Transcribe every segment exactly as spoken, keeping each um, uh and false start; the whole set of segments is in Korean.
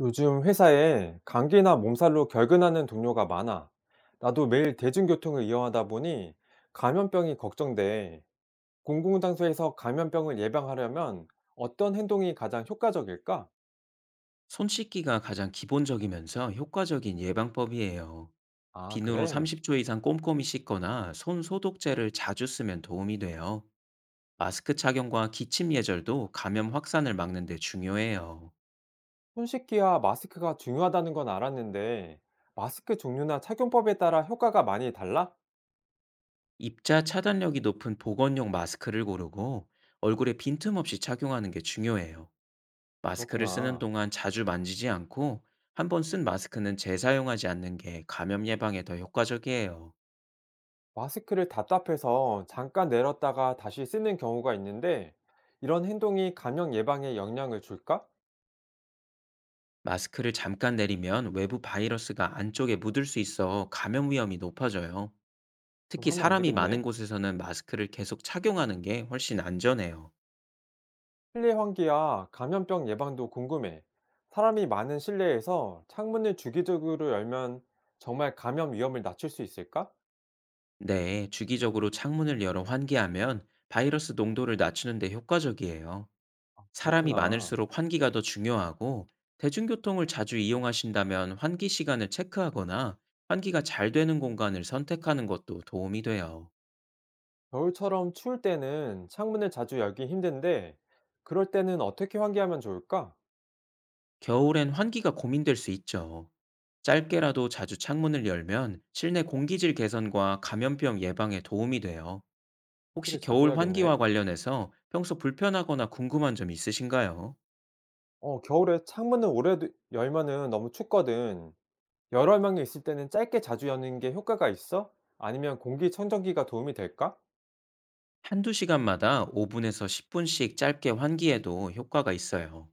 요즘 회사에 감기나 몸살로 결근하는 동료가 많아. 나도 매일 대중교통을 이용하다 보니 감염병이 걱정돼. 공공장소에서 감염병을 예방하려면 어떤 행동이 가장 효과적일까? 손 씻기가 가장 기본적이면서 효과적인 예방법이에요. 아, 비누로 그래. 삼십 초 이상 꼼꼼히 씻거나 손 소독제를 자주 쓰면 도움이 돼요. 마스크 착용과 기침 예절도 감염 확산을 막는 데 중요해요. 손 씻기와 마스크가 중요하다는 건 알았는데, 마스크 종류나 착용법에 따라 효과가 많이 달라? 입자 차단력이 높은 보건용 마스크를 고르고 얼굴에 빈틈없이 착용하는 게 중요해요. 마스크를 쓰는 그렇구나. 동안 자주 만지지 않고 한 번 쓴 마스크는 재사용하지 않는 게 감염 예방에 더 효과적이에요. 마스크를 답답해서 잠깐 내렸다가 다시 쓰는 경우가 있는데, 이런 행동이 감염 예방에 영향을 줄까? 마스크를 잠깐 내리면 외부 바이러스가 안쪽에 묻을 수 있어 감염 위험이 높아져요. 그럼 특히 하면 안 사람이 되겠네. 많은 곳에서는 마스크를 계속 착용하는 게 훨씬 안전해요. 실내 환기와 감염병 예방도 궁금해. 사람이 많은 실내에서 창문을 주기적으로 열면 정말 감염 위험을 낮출 수 있을까? 네, 주기적으로 창문을 열어 환기하면 바이러스 농도를 낮추는 데 효과적이에요. 사람이 그렇구나. 많을수록 환기가 더 중요하고 대중교통을 자주 이용하신다면 환기 시간을 체크하거나 환기가 잘 되는 공간을 선택하는 것도 도움이 돼요. 겨울처럼 추울 때는 창문을 자주 열기 힘든데, 그럴 때는 어떻게 환기하면 좋을까? 겨울엔 환기가 고민될 수 있죠. 짧게라도 자주 창문을 열면 실내 공기질 개선과 감염병 예방에 도움이 돼요. 환기를 혹시 자주 겨울 해야겠네. 환기와 관련해서 평소 불편하거나 궁금한 점 있으신가요? 어, 겨울에 창문을 오래 두- 열면은 너무 춥거든. 여러 명이 있을 때는 짧게 자주 여는 게 효과가 있어? 아니면 공기청정기가 도움이 될까? 한두 시간마다 오 분에서 십 분씩 짧게 환기해도 효과가 있어요.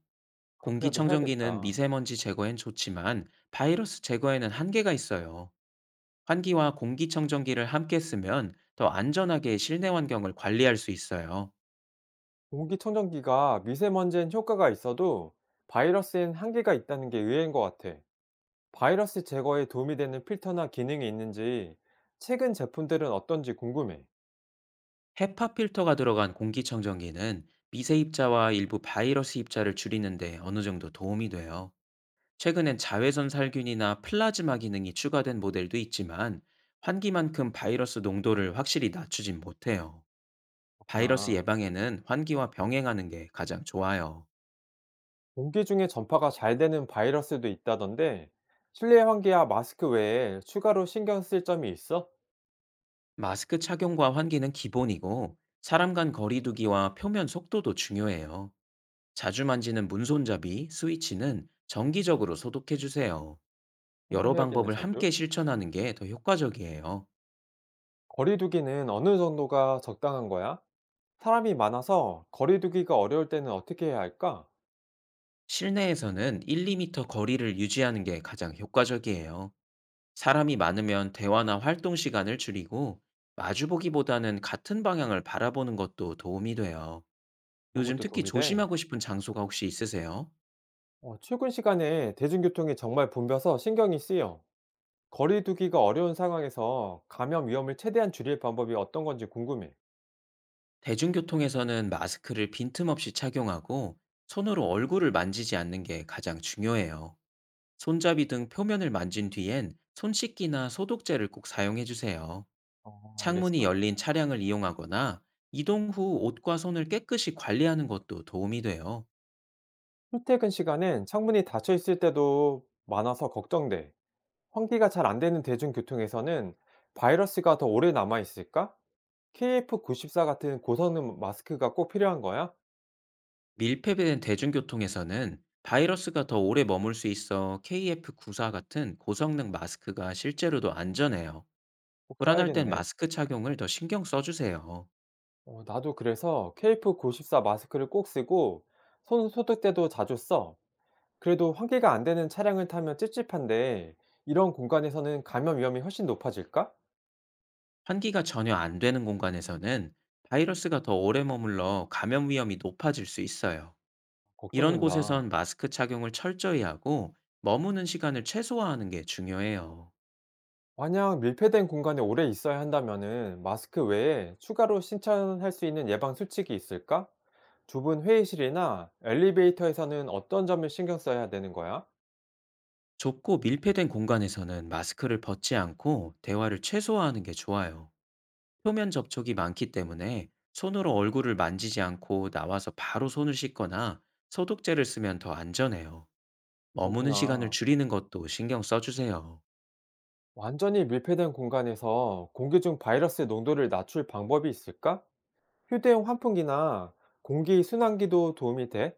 그렇게라도 공기청정기는 해야겠다. 미세먼지 제거엔 좋지만 바이러스 제거에는 한계가 있어요. 환기와 공기청정기를 함께 쓰면 더 안전하게 실내 환경을 관리할 수 있어요. 공기청정기가 미세먼지엔 효과가 있어도 바이러스엔 한계가 있다는 게 의외인 것 같아. 바이러스 제거에 도움이 되는 필터나 기능이 있는지 최근 제품들은 어떤지 궁금해. 헤파 필터가 들어간 공기청정기는 미세 입자와 일부 바이러스 입자를 줄이는데 어느 정도 도움이 돼요. 최근엔 자외선 살균이나 플라즈마 기능이 추가된 모델도 있지만 환기만큼 바이러스 농도를 확실히 낮추진 못해요. 바이러스 그렇구나. 예방에는 환기와 병행하는 게 가장 좋아요. 공기 중에 전파가 잘 되는 바이러스도 있다던데 실내 환기와 마스크 외에 추가로 신경 쓸 점이 있어? 마스크 착용과 환기는 기본이고 사람 간 거리두기와 표면 속도도 중요해요. 자주 만지는 문손잡이, 스위치는 정기적으로 소독해 주세요. 여러 청소해야겠네, 방법을 자주. 함께 실천하는 게 더 효과적이에요. 거리두기는 어느 정도가 적당한 거야? 사람이 많아서 거리두기가 어려울 때는 어떻게 해야 할까? 실내에서는 일, 이 미터 거리를 유지하는 게 가장 효과적이에요. 사람이 많으면 대화나 활동 시간을 줄이고 마주보기보다는 같은 방향을 바라보는 것도 도움이 돼요. 그런 요즘 것도 특히 도움이 돼. 조심하고 싶은 장소가 혹시 있으세요? 어, 출근 시간에 대중교통이 정말 붐벼서 신경이 쓰여. 거리 두기가 어려운 상황에서 감염 위험을 최대한 줄일 방법이 어떤 건지 궁금해. 대중교통에서는 마스크를 빈틈없이 착용하고 손으로 얼굴을 만지지 않는 게 가장 중요해요. 손잡이 등 표면을 만진 뒤엔 손 씻기나 소독제를 꼭 사용해 주세요. 어, 창문이 알겠어. 열린 차량을 이용하거나 이동 후 옷과 손을 깨끗이 관리하는 것도 도움이 돼요. 출퇴근 시간엔 창문이 닫혀 있을 때도 많아서 걱정돼. 환기가 잘 안 되는 대중교통에서는 바이러스가 더 오래 남아 있을까? 케이에프구십사 같은 고성능 마스크가 꼭 필요한 거야? 밀폐된 대중교통에서는 바이러스가 더 오래 머물 수 있어 케이에프 구십사 같은 고성능 마스크가 실제로도 안전해요. 꼭 불안할 땐 써야겠네. 마스크 착용을 더 신경 써주세요. 어, 나도 그래서 케이에프구십사 마스크를 꼭 쓰고 손 소독 때도 자주 써. 그래도 환기가 안 되는 차량을 타면 찝찝한데 이런 공간에서는 감염 위험이 훨씬 높아질까? 환기가 전혀 안 되는 공간에서는 바이러스가 더 오래 머물러 감염 위험이 높아질 수 있어요. 이런 걱정된다. 곳에선 마스크 착용을 철저히 하고 머무는 시간을 최소화하는 게 중요해요. 만약 밀폐된 공간에 오래 있어야 한다면은 마스크 외에 추가로 신청할 수 있는 예방 수칙이 있을까? 좁은 회의실이나 엘리베이터에서는 어떤 점을 신경 써야 되는 거야? 좁고 밀폐된 공간에서는 마스크를 벗지 않고 대화를 최소화하는 게 좋아요. 표면 접촉이 많기 때문에 손으로 얼굴을 만지지 않고 나와서 바로 손을 씻거나 소독제를 쓰면 더 안전해요. 머무는 시간을 그렇구나. 줄이는 것도 신경 써주세요. 완전히 밀폐된 공간에서 공기 중 바이러스 농도를 낮출 방법이 있을까? 휴대용 환풍기나 공기 순환기도 도움이 돼?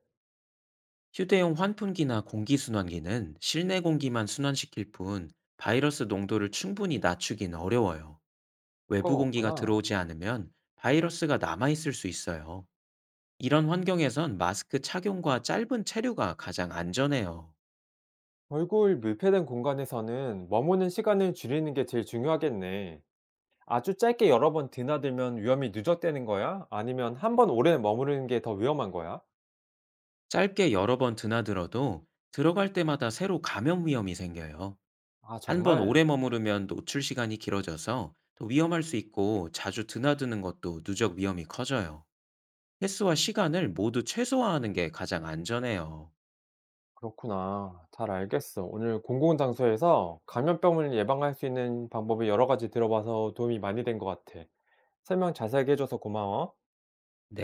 휴대용 환풍기나 공기순환기는 실내 공기만 순환시킬 뿐 바이러스 농도를 충분히 낮추긴 어려워요. 효과가 외부 공기가 없구나. 들어오지 않으면 바이러스가 남아있을 수 있어요. 이런 환경에선 마스크 착용과 짧은 체류가 가장 안전해요. 얼굴 밀폐된 공간에서는 머무는 시간을 줄이는 게 제일 중요하겠네. 아주 짧게 여러 번 드나들면 위험이 누적되는 거야? 아니면 한 번 오래 머무르는 게 더 위험한 거야? 짧게 여러 번 드나들어도 들어갈 때마다 새로 감염 위험이 생겨요. 아, 한 번 정말? 오래 머무르면 노출 시간이 길어져서 더 위험할 수 있고 자주 드나드는 것도 누적 위험이 커져요. 횟수와 시간을 모두 최소화하는 게 가장 안전해요. 그렇구나. 잘 알겠어. 오늘 공공장소에서 감염병을 예방할 수 있는 방법이 여러 가지 들어봐서 도움이 많이 된 것 같아. 설명 자세하게 해줘서 고마워. 네.